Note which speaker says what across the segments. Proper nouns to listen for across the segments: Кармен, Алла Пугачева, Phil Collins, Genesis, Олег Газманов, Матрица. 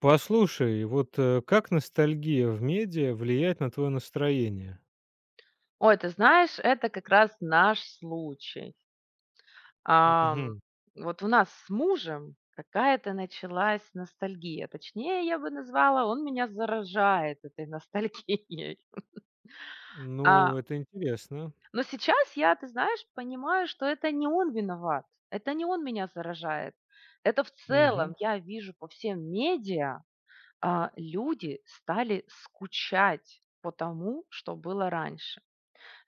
Speaker 1: Послушай, вот, как ностальгия в медиа влияет на твое настроение?
Speaker 2: Ой, ты знаешь, это как раз наш случай. Ам,
Speaker 1: Мгм.
Speaker 2: вот у нас с мужем какая-то началась ностальгия. Точнее, я бы назвала, он меня заражает этой ностальгией.
Speaker 1: Ну,
Speaker 2: А,
Speaker 1: это интересно.
Speaker 2: но сейчас я, ты знаешь, понимаю, что это не он виноват. Это не он меня заражает. Это в целом
Speaker 1: Мгм.
Speaker 2: я вижу по всем медиа, люди стали скучать по тому, что было раньше.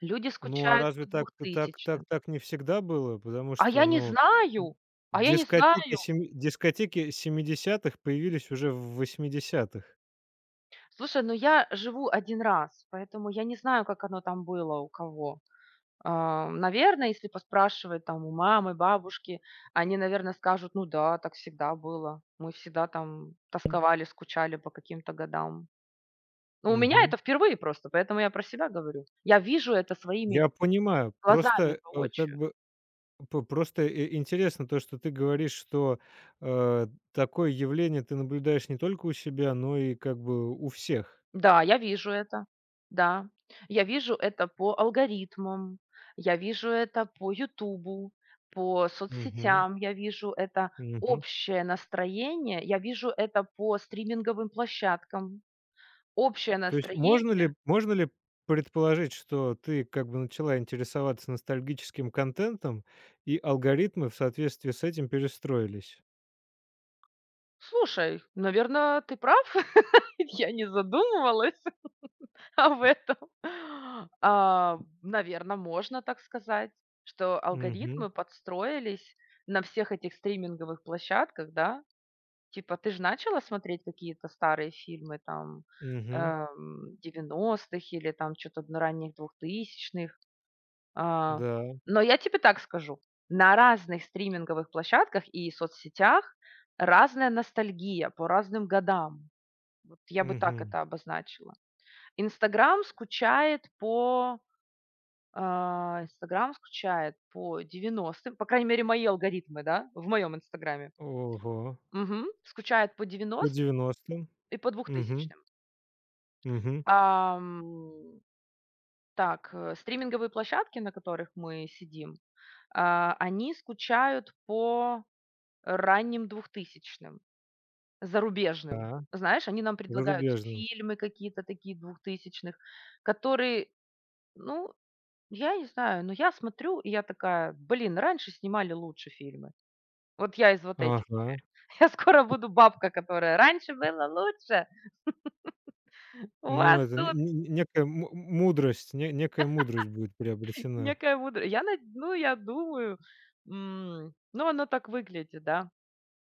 Speaker 2: Люди
Speaker 1: Ну, а
Speaker 2: скучают
Speaker 1: разве
Speaker 2: по
Speaker 1: так так так
Speaker 2: двухтысячным.
Speaker 1: так не всегда было? Потому
Speaker 2: А
Speaker 1: что,
Speaker 2: я не
Speaker 1: ну, д
Speaker 2: знаю, а я не знаю.
Speaker 1: дискотеки семидесятых появились уже в восьмидесятых.
Speaker 2: Слушай, ну я живу один раз, поэтому я не знаю, как оно там было у кого. А, наверное, если поспрашивать там у мамы, бабушки, они, наверное, скажут: "Ну да, так всегда было. Мы всегда там тосковали, скучали по каким-то годам". Но у меня
Speaker 1: Мгм.
Speaker 2: это впервые просто, поэтому я про себя говорю. Я вижу это своими
Speaker 1: Я понимаю,
Speaker 2: глазами
Speaker 1: просто, как
Speaker 2: воочию.
Speaker 1: бы п просто и интересно то, что ты говоришь, что, такое явление ты наблюдаешь не только у себя, но и как бы у всех.
Speaker 2: Да, я вижу это. Да, я вижу это по алгоритмам, я вижу это по "Ютубу", по
Speaker 1: Мгм,
Speaker 2: соцсетям, я вижу это
Speaker 1: мгм.
Speaker 2: общее настроение, я вижу это по стриминговым площадкам. Общее
Speaker 1: То есть можно ли
Speaker 2: настроение.
Speaker 1: можно ли предположить, что ты как бы начала интересоваться ностальгическим контентом, и алгоритмы в соответствии с этим перестроились?
Speaker 2: Слушай, наверное, ты прав. Я не задумывалась об этом. Наверное, можно так сказать, что
Speaker 1: Угу.
Speaker 2: алгоритмы подстроились на всех этих стриминговых площадках, да? Типа, ты ж начала смотреть какие-то старые фильмы там,
Speaker 1: Угу.
Speaker 2: 90 или там что то на ранних двухтысячных. А,
Speaker 1: Да,
Speaker 2: но я тебе так скажу: на разных стриминговых площадках и соцсетях разная ностальгия по разным годам. Вот я бы так
Speaker 1: угу.
Speaker 2: это обозначила. "Инстаграм" скучает по, "Инстаграм" скучает по девяностым, по крайней мере, мои алгоритмы, да, в моем "Инстаграме".
Speaker 1: Ого,
Speaker 2: Мгм. Скучает по
Speaker 1: по
Speaker 2: девяностым
Speaker 1: девяностым.
Speaker 2: и по
Speaker 1: Угу.
Speaker 2: двухтысячным.
Speaker 1: Угу.
Speaker 2: Ам, так, стриминговые площадки, на которых мы сидим, они скучают по ранним двухтысячным зарубежным.
Speaker 1: Да,
Speaker 2: Знаешь, они нам предлагают
Speaker 1: зарубежным.
Speaker 2: фильмы какие-то такие двухтысячных, которые, ну, я не знаю, но я смотрю, и я такая, блин, раньше снимали лучше фильмы. Вот я из вот этих.
Speaker 1: Ага.
Speaker 2: Я скоро буду бабка, которая раньше была лучше. У
Speaker 1: Ну,
Speaker 2: вас
Speaker 1: это
Speaker 2: тут
Speaker 1: некая му мудрость, не некая мудрость будет приобретена.
Speaker 2: некая мудрость я над ну, я думаю, ну, оно так выглядит, да.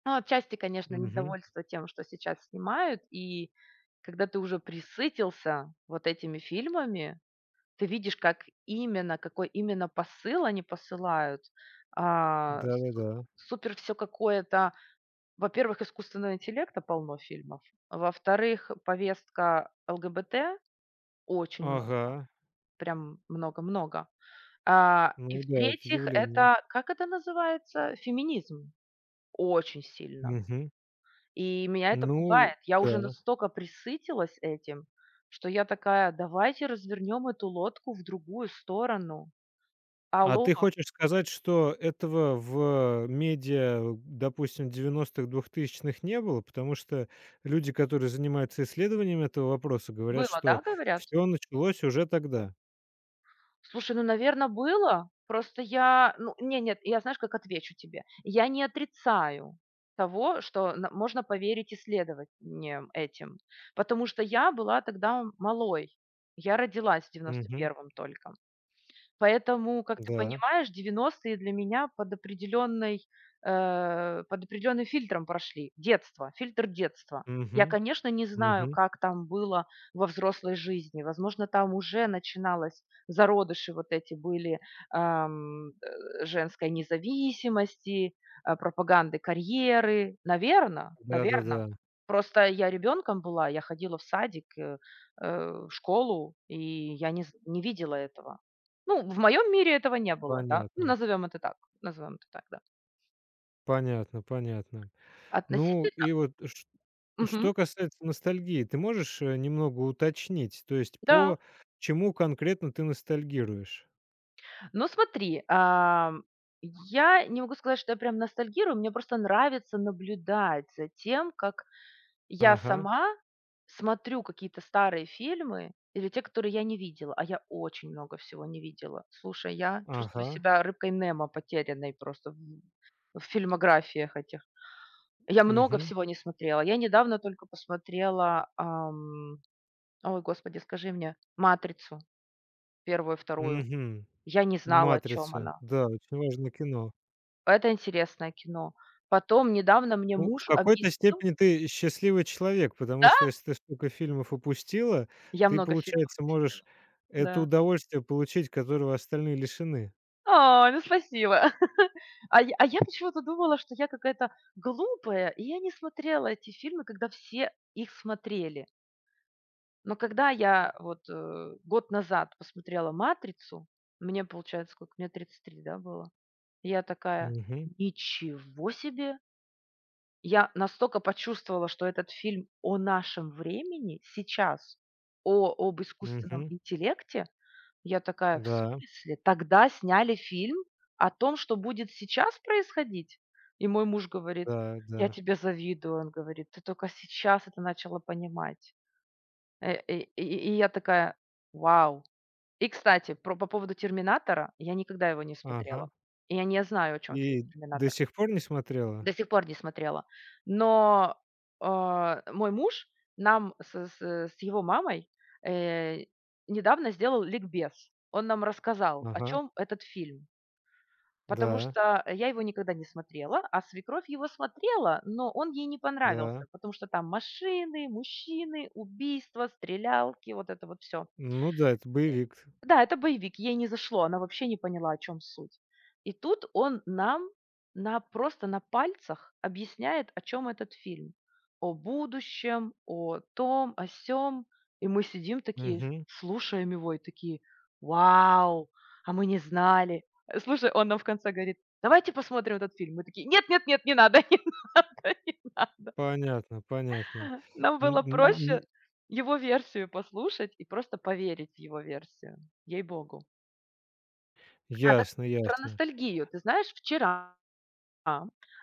Speaker 2: Ну, отчасти, конечно,
Speaker 1: Угу.
Speaker 2: недовольство тем, что сейчас снимают, и когда ты уже пресытился вот этими фильмами, ты видишь, как именно, какой именно посыл они посылают. А, су
Speaker 1: Да-да-да.
Speaker 2: Супер все какое-то. Во-первых, искусственного интеллекта полно фильмов. Во-вторых, повестка ЛГБТ очень
Speaker 1: Ага.
Speaker 2: много, прям много-много. И
Speaker 1: Ну да, это
Speaker 2: в-третьих,
Speaker 1: явление.
Speaker 2: это, как это называется, феминизм очень сильно.
Speaker 1: Мгм.
Speaker 2: И меня это
Speaker 1: Ну
Speaker 2: пугает. Я
Speaker 1: да.
Speaker 2: уже настолько присытилась этим, что я такая: "Давайте развернем эту лодку в другую сторону".
Speaker 1: А
Speaker 2: Алло,
Speaker 1: ты хочешь сказать, что этого в медиа, допустим, девяностых двухтысячных не было? Потому что люди, которые занимаются исследованием этого вопроса, говорят,
Speaker 2: было,
Speaker 1: что
Speaker 2: да, говорят?
Speaker 1: все началось уже тогда.
Speaker 2: Слушай, ну, наверное, было. Просто я, ну, не, нет, я знаешь, как отвечу тебе. Я не отрицаю того, что на можно поверить исследованиям этим, потому что я была тогда малой. Я родилась в
Speaker 1: Мгм.
Speaker 2: 91 только. Поэтому, как ты
Speaker 1: Да.
Speaker 2: понимаешь, девяностые для меня под определенной, под определенным фильтром прошли. Детство, фильтр детства. Я,
Speaker 1: Мгм.
Speaker 2: конечно, не знаю,
Speaker 1: Мгм.
Speaker 2: как там было во взрослой жизни. Возможно, там уже начиналось, зародыши вот эти были ам, женской независимости, пропаганды карьеры. Наверное,
Speaker 1: Да-да-да.
Speaker 2: наверное. Просто я ребенком была, я ходила в садик, э, в школу, и я не, з- не видела этого. Ну, в моем мире этого не было, да. Ну,
Speaker 1: Понятно.
Speaker 2: назовем это так, назовем это так, да.
Speaker 1: Понятно, понятно. Ну
Speaker 2: Относительно.
Speaker 1: и вот ш
Speaker 2: Мгм.
Speaker 1: что касается ностальгии, ты можешь, немного уточнить, то есть
Speaker 2: Да.
Speaker 1: по чему конкретно ты ностальгируешь?
Speaker 2: Ну, смотри, я не могу сказать, что я прям ностальгирую, мне просто нравится наблюдать за тем, как я
Speaker 1: Ага.
Speaker 2: сама смотрю какие-то старые фильмы или те, которые я не видела, а я очень много всего не видела. Слушай, я чувствую
Speaker 1: Ага.
Speaker 2: себя рыбкой Немо потерянной просто в фильмографиях этих. Я много
Speaker 1: Мгм.
Speaker 2: всего не смотрела. Я недавно только посмотрела, ой, господи, скажи мне "Матрицу", первую вторую.
Speaker 1: Мгм.
Speaker 2: Я не знала, о чем
Speaker 1: Матрица.
Speaker 2: она.
Speaker 1: Да, очень важное кино.
Speaker 2: Это интересное кино. Потом недавно мне
Speaker 1: Ну, в
Speaker 2: муж
Speaker 1: какой-то
Speaker 2: объяснил.
Speaker 1: степени ты счастливый человек, потому
Speaker 2: Да?
Speaker 1: что если ты столько фильмов упустила,
Speaker 2: Я
Speaker 1: ты,
Speaker 2: много фильмов
Speaker 1: получается, можешь
Speaker 2: посмотрела.
Speaker 1: это
Speaker 2: Да.
Speaker 1: удовольствие получить, которого остальные лишены.
Speaker 2: Ой, ну спасибо. А я почему-то думала, что я какая-то глупая, и я не смотрела эти фильмы, когда все их смотрели. Но когда я вот, год назад посмотрела "Матрицу", мне, получается, сколько, мне 33, да, было? Я такая:
Speaker 1: Мгм.
Speaker 2: "Ничего себе! Я настолько почувствовала, что этот фильм о нашем времени сейчас, о об искусственном
Speaker 1: Мгм.
Speaker 2: интеллекте. Я такая: "В
Speaker 1: Да,
Speaker 2: смысле? Тогда сняли фильм о том, что будет сейчас происходить?" И мой муж говорит:
Speaker 1: да,
Speaker 2: "Я
Speaker 1: да.
Speaker 2: тебе завидую". Он говорит: "Ты только сейчас это начала понимать". Э, и и и я такая: "Вау". И, кстати, про по поводу "Терминатора", я никогда его не
Speaker 1: Ага.
Speaker 2: смотрела, и я не знаю, о чем фильм
Speaker 1: И до
Speaker 2: "Терминатор".
Speaker 1: сих пор не смотрела?
Speaker 2: До сих пор не смотрела. Но, мой муж нам с его мамой, э, недавно сделал ликбез. Он нам рассказал, о
Speaker 1: Ага.
Speaker 2: чем этот фильм. Потому
Speaker 1: Да,
Speaker 2: что я его никогда не смотрела, а свекровь его смотрела, но он ей не понравился,
Speaker 1: да.
Speaker 2: потому что там машины, мужчины, убийства, стрелялки, вот это вот все.
Speaker 1: Ну да, это боевик.
Speaker 2: Да, это боевик, ей не зашло, она вообще не поняла, о чем суть. И тут он нам на просто на пальцах объясняет, о чем этот фильм: о будущем, о том, о сём. И мы сидим такие,
Speaker 1: Мгм.
Speaker 2: слушаем его и такие: "Вау, а мы не знали". Слушай, он нам в конце говорит: "Давайте посмотрим этот фильм". Мы такие: "Нет, нет, нет, не надо, не надо, не надо".
Speaker 1: Понятно, понятно.
Speaker 2: Нам
Speaker 1: Н
Speaker 2: было
Speaker 1: н
Speaker 2: проще
Speaker 1: н
Speaker 2: его версию послушать и просто поверить в его версию, ей-богу. Так
Speaker 1: Ясно,
Speaker 2: про
Speaker 1: ясно.
Speaker 2: ностальгию. Ты знаешь, вчера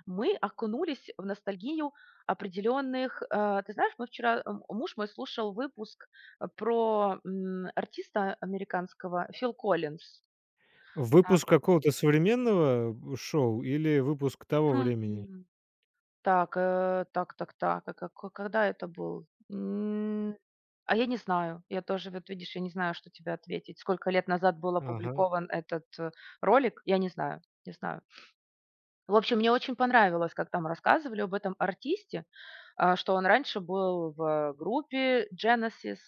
Speaker 2: мы окунулись в ностальгию определенных, ты знаешь, мы вчера, муж мой слушал выпуск, про артиста американского Фил Коллинз. А,
Speaker 1: Выпуск какого-то современного шоу или выпуск того времени?
Speaker 2: м. Так, э, так так так, а како когда это был? М, а я не знаю. Я тоже, вот видишь, я не знаю, что тебе ответить. Сколько лет назад был
Speaker 1: Ага.
Speaker 2: опубликован этот, ролик, я не знаю, не знаю. В общем, мне очень понравилось, как там рассказывали об этом артисте, что он раньше был в группе Genesis,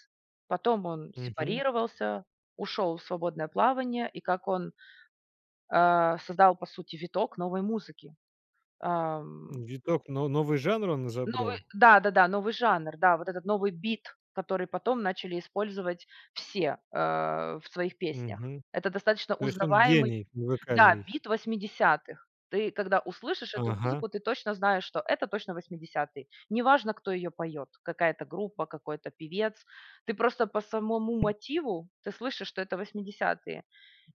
Speaker 2: потом он
Speaker 1: Мгм.
Speaker 2: сепарировался, ушел в свободное плавание, и как он создал, по сути, виток новой музыки. Ам,
Speaker 1: Виток, но новый жанр он
Speaker 2: Новый,
Speaker 1: изобрел?
Speaker 2: да, да, да, новый жанр, да, вот этот новый бит, который потом начали использовать все в своих песнях.
Speaker 1: Мгм.
Speaker 2: Это достаточно
Speaker 1: То есть он
Speaker 2: узнаваемый.
Speaker 1: гений
Speaker 2: Да,
Speaker 1: музыкальный.
Speaker 2: бит восьмидесятых. Ты когда услышишь эту
Speaker 1: Ага.
Speaker 2: музыку, ты точно знаешь, что это точно восьмидесятые. Неважно, кто ее поет, какая-то группа, какой-то певец. Ты просто по самому мотиву, ты слышишь, что это восьмидесятые.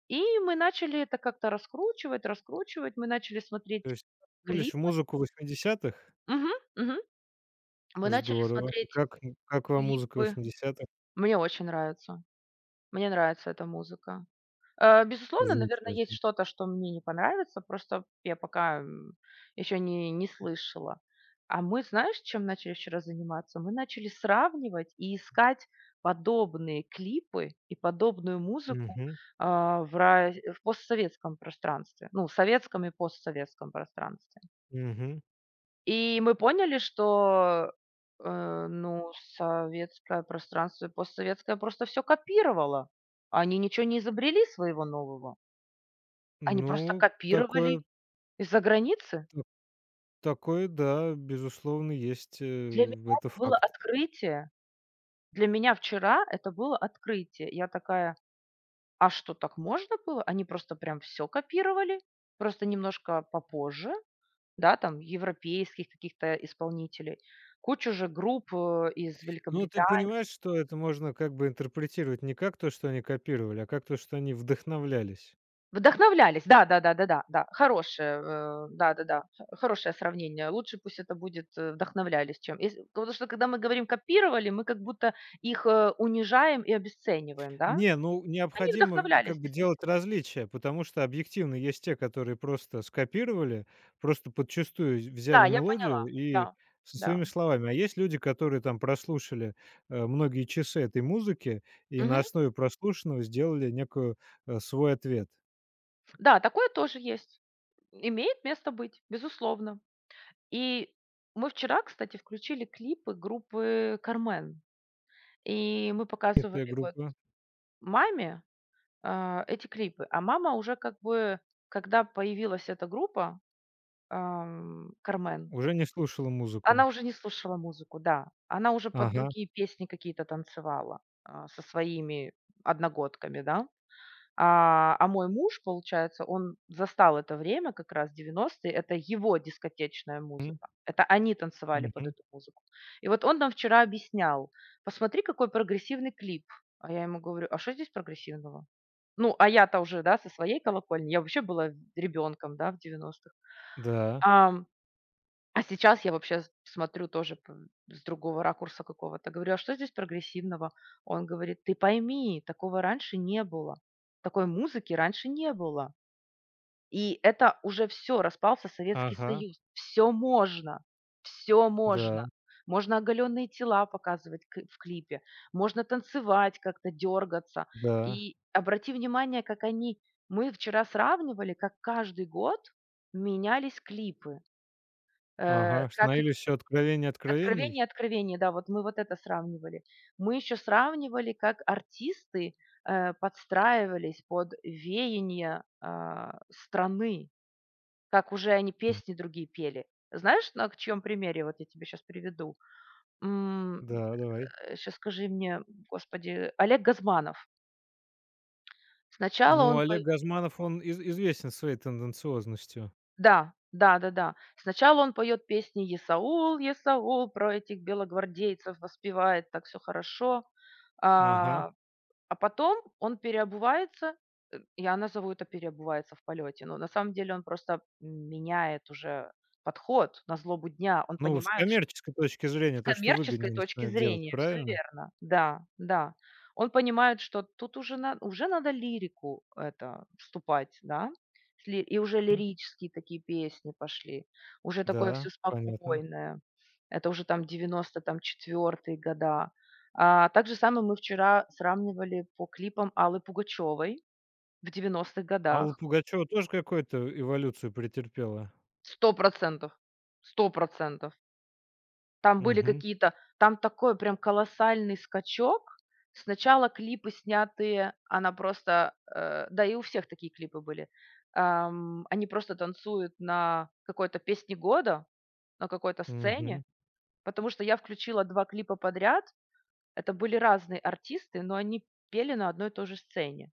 Speaker 2: И мы начали это как-то раскручивать, раскручивать. Мы начали
Speaker 1: То
Speaker 2: смотреть
Speaker 1: есть окунулись в
Speaker 2: клипы.
Speaker 1: музыку восьмидесятых.
Speaker 2: Мгм, мгм. Мы начали
Speaker 1: Здорово. И
Speaker 2: смотреть
Speaker 1: как н как вам музыка
Speaker 2: клипы.
Speaker 1: восьмидесятых?
Speaker 2: Мне очень нравится. Мне нравится эта музыка. Безусловно, наверное, есть
Speaker 1: Замечательно.
Speaker 2: что-то, что мне не понравится, просто я пока, еще не слышала. А мы, знаешь, чем начали вчера заниматься? Мы начали сравнивать и искать подобные клипы и подобную музыку,
Speaker 1: Мгм.
Speaker 2: в постсоветском пространстве, ну, советском и постсоветском пространстве.
Speaker 1: Мгм.
Speaker 2: И мы поняли, что, ну, советское пространство и постсоветское просто все копировало. Они ничего не изобрели своего нового. Они просто
Speaker 1: Ну,
Speaker 2: копировали
Speaker 1: такое
Speaker 2: из-за границы.
Speaker 1: т такое, да, безусловно, есть,
Speaker 2: Для меня
Speaker 1: это
Speaker 2: это было
Speaker 1: факт.
Speaker 2: открытие. Для меня вчера это было открытие. Я такая: "А что, так можно было?" Они просто прям все копировали, просто немножко попозже, да, там европейских каких-то исполнителей. Кучу же групп, из
Speaker 1: Ну, ты
Speaker 2: Великобритании.
Speaker 1: понимаешь, что это можно как бы интерпретировать не как то, что они копировали, а как то, что они вдохновлялись.
Speaker 2: Вдохновлялись. Да, да, да, да, да, да. Хорошее, да, да, да. Х Хорошее сравнение. Лучше пусть это будет, вдохновлялись, чем если потому что когда мы говорим копировали, мы как будто их, унижаем и обесцениваем, да?
Speaker 1: Не, ну,
Speaker 2: Они
Speaker 1: необходимо в как
Speaker 2: вдохновлялись
Speaker 1: бы
Speaker 2: действительно.
Speaker 1: делать различия, потому что объективно есть те, которые просто скопировали, просто подчистую
Speaker 2: Да,
Speaker 1: взяли
Speaker 2: я
Speaker 1: мелодию
Speaker 2: поняла.
Speaker 1: и
Speaker 2: Да,
Speaker 1: со
Speaker 2: да.
Speaker 1: своими словами. А есть люди, которые там прослушали многие часы этой музыки и на
Speaker 2: Мгм.
Speaker 1: основе прослушанного сделали некую свой ответ.
Speaker 2: Да, такое тоже есть. Имеет место быть, безусловно. И мы вчера, кстати, включили клипы группы "Кармен", и мы
Speaker 1: И твоя
Speaker 2: показывали вот
Speaker 1: группа
Speaker 2: маме эти клипы. А мама уже как бы, когда появилась эта группа, "Кармен",
Speaker 1: уже не слушала
Speaker 2: она
Speaker 1: музыку.
Speaker 2: уже не слушала музыку, да. Она уже под
Speaker 1: Ага.
Speaker 2: другие песни какие-то танцевала, со своими одногодками, да. А мой муж, получается, он застал это время, как раз 90-е, это его дискотечная
Speaker 1: М,
Speaker 2: музыка. Это они танцевали под
Speaker 1: мгм.
Speaker 2: эту музыку. И вот он нам вчера объяснял: "Посмотри, какой прогрессивный клип". А я ему говорю: "А что здесь прогрессивного?" Ну, а я-то уже, да, со своей колокольни, я вообще была ребенком, да, в девяностых.
Speaker 1: Да.
Speaker 2: Ам, а сейчас я вообще с смотрю тоже п с другого ракурса какого-то. Говорю: "А что здесь прогрессивного?" Он говорит: "Ты пойми, такого раньше не было. Такой музыки раньше не было". И это уже все распался Советский
Speaker 1: Ага.
Speaker 2: Союз. Все можно, все можно.
Speaker 1: Да,
Speaker 2: Можно оголённые тела показывать к в клипе, можно танцевать как-то, дергаться.
Speaker 1: да.
Speaker 2: И обрати внимание, как они мы вчера сравнивали, как каждый год менялись клипы. Э,
Speaker 1: Ага,
Speaker 2: как и
Speaker 1: становились все
Speaker 2: "Откровение",
Speaker 1: откровений?
Speaker 2: "Откровение", да, вот мы вот это сравнивали. Мы еще сравнивали, как артисты, подстраивались под веяние, страны. Как уже они песни другие пели. Знаешь, на к чьём примере вот я тебе сейчас приведу? Сейчас
Speaker 1: Да, давай.
Speaker 2: скажи мне, господи, Олег Газманов. Сначала
Speaker 1: Ну,
Speaker 2: он
Speaker 1: Олег
Speaker 2: пой
Speaker 1: Газманов, он из известен своей тенденциозностью.
Speaker 2: Да, да-да-да. Сначала он поет песни "Есаул, Есаул", про этих белогвардейцев воспевает, так все хорошо.
Speaker 1: Ага.
Speaker 2: А, а потом он переобувается, я назову это "переобувается в полете", но на самом деле он просто меняет уже подход на злобу дня. Он
Speaker 1: Ну, с
Speaker 2: понимает, что
Speaker 1: коммерческой точки
Speaker 2: с
Speaker 1: зрения, то, что
Speaker 2: коммерческой
Speaker 1: выгоднее
Speaker 2: точки
Speaker 1: начинает делать,
Speaker 2: зрения, все
Speaker 1: правильно?
Speaker 2: верно. Да, да. Он понимает, что тут уже на уже надо лирику это вступать, да. С ли и уже лирические такие песни пошли, уже такое все
Speaker 1: Да, понятно.
Speaker 2: спокойное. Это уже там 90 там, 4 года. Так же самое мы вчера сравнивали по клипам Аллы Пугачевой в девяностых
Speaker 1: Алла
Speaker 2: годах.
Speaker 1: Пугачева тоже какую-то эволюцию претерпела?
Speaker 2: Сто процентов, 100 процентов. Там были
Speaker 1: Угу,
Speaker 2: какие-то там такой прям колоссальный скачок. Сначала клипы снятые, она просто, да и у всех такие клипы были. Они просто танцуют на какой-то песне года, на какой-то сцене,
Speaker 1: угу,
Speaker 2: потому что я включила 2 клипа подряд. Это были разные артисты, но они пели на одной и той же сцене.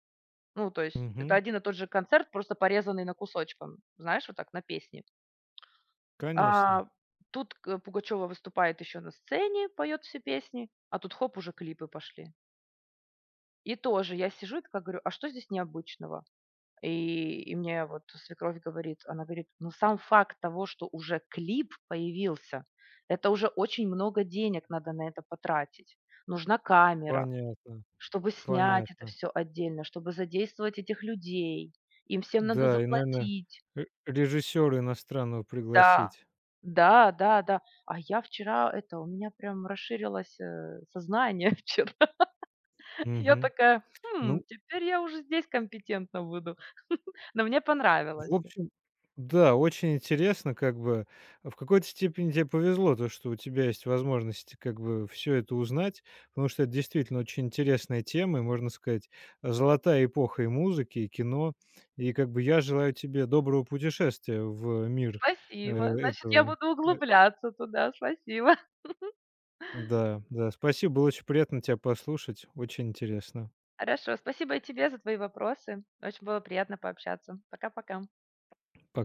Speaker 2: Ну, то есть это
Speaker 1: угу.
Speaker 2: один и тот же концерт, просто порезанный на кусочком, знаешь, вот так на песни. А,
Speaker 1: Конечно.
Speaker 2: Тут Пугачева выступает еще на сцене, поет все песни, а тут хоп, уже клипы пошли. И тоже я сижу и такая говорю, а что здесь необычного? И мне вот свекровь говорит, она говорит, ну сам факт того, что уже клип появился, это уже очень много денег надо на это потратить. Нужна камера,
Speaker 1: Понятно,
Speaker 2: чтобы снять это
Speaker 1: понятно.
Speaker 2: все отдельно, чтобы задействовать этих людей. Им всем надо
Speaker 1: Да, и, наверное,
Speaker 2: заплатить.
Speaker 1: ре режиссера иностранного
Speaker 2: Да,
Speaker 1: пригласить.
Speaker 2: да, да, да. А я вчера это, у меня прям расширилось, сознание вчера. Я
Speaker 1: Угу.
Speaker 2: такая: "Хм,
Speaker 1: Ну
Speaker 2: теперь я уже здесь компетентна буду". Но мне
Speaker 1: В
Speaker 2: понравилось.
Speaker 1: общем, да, очень интересно, как бы в какой-то степени тебе повезло, то, что у тебя есть возможность как бы все это узнать, потому что это действительно очень интересная тема и, можно сказать, золотая эпоха и музыки, и кино. И как бы я желаю тебе доброго путешествия в мир,
Speaker 2: Спасибо. Значит, я
Speaker 1: этого.
Speaker 2: буду
Speaker 1: Э,
Speaker 2: углубляться туда. Спасибо.
Speaker 1: да, да, спасибо, было очень приятно тебя послушать, очень интересно.
Speaker 2: Хорошо. Спасибо и тебе за твои вопросы. Очень было приятно пообщаться. Пока-пока.
Speaker 1: Пока.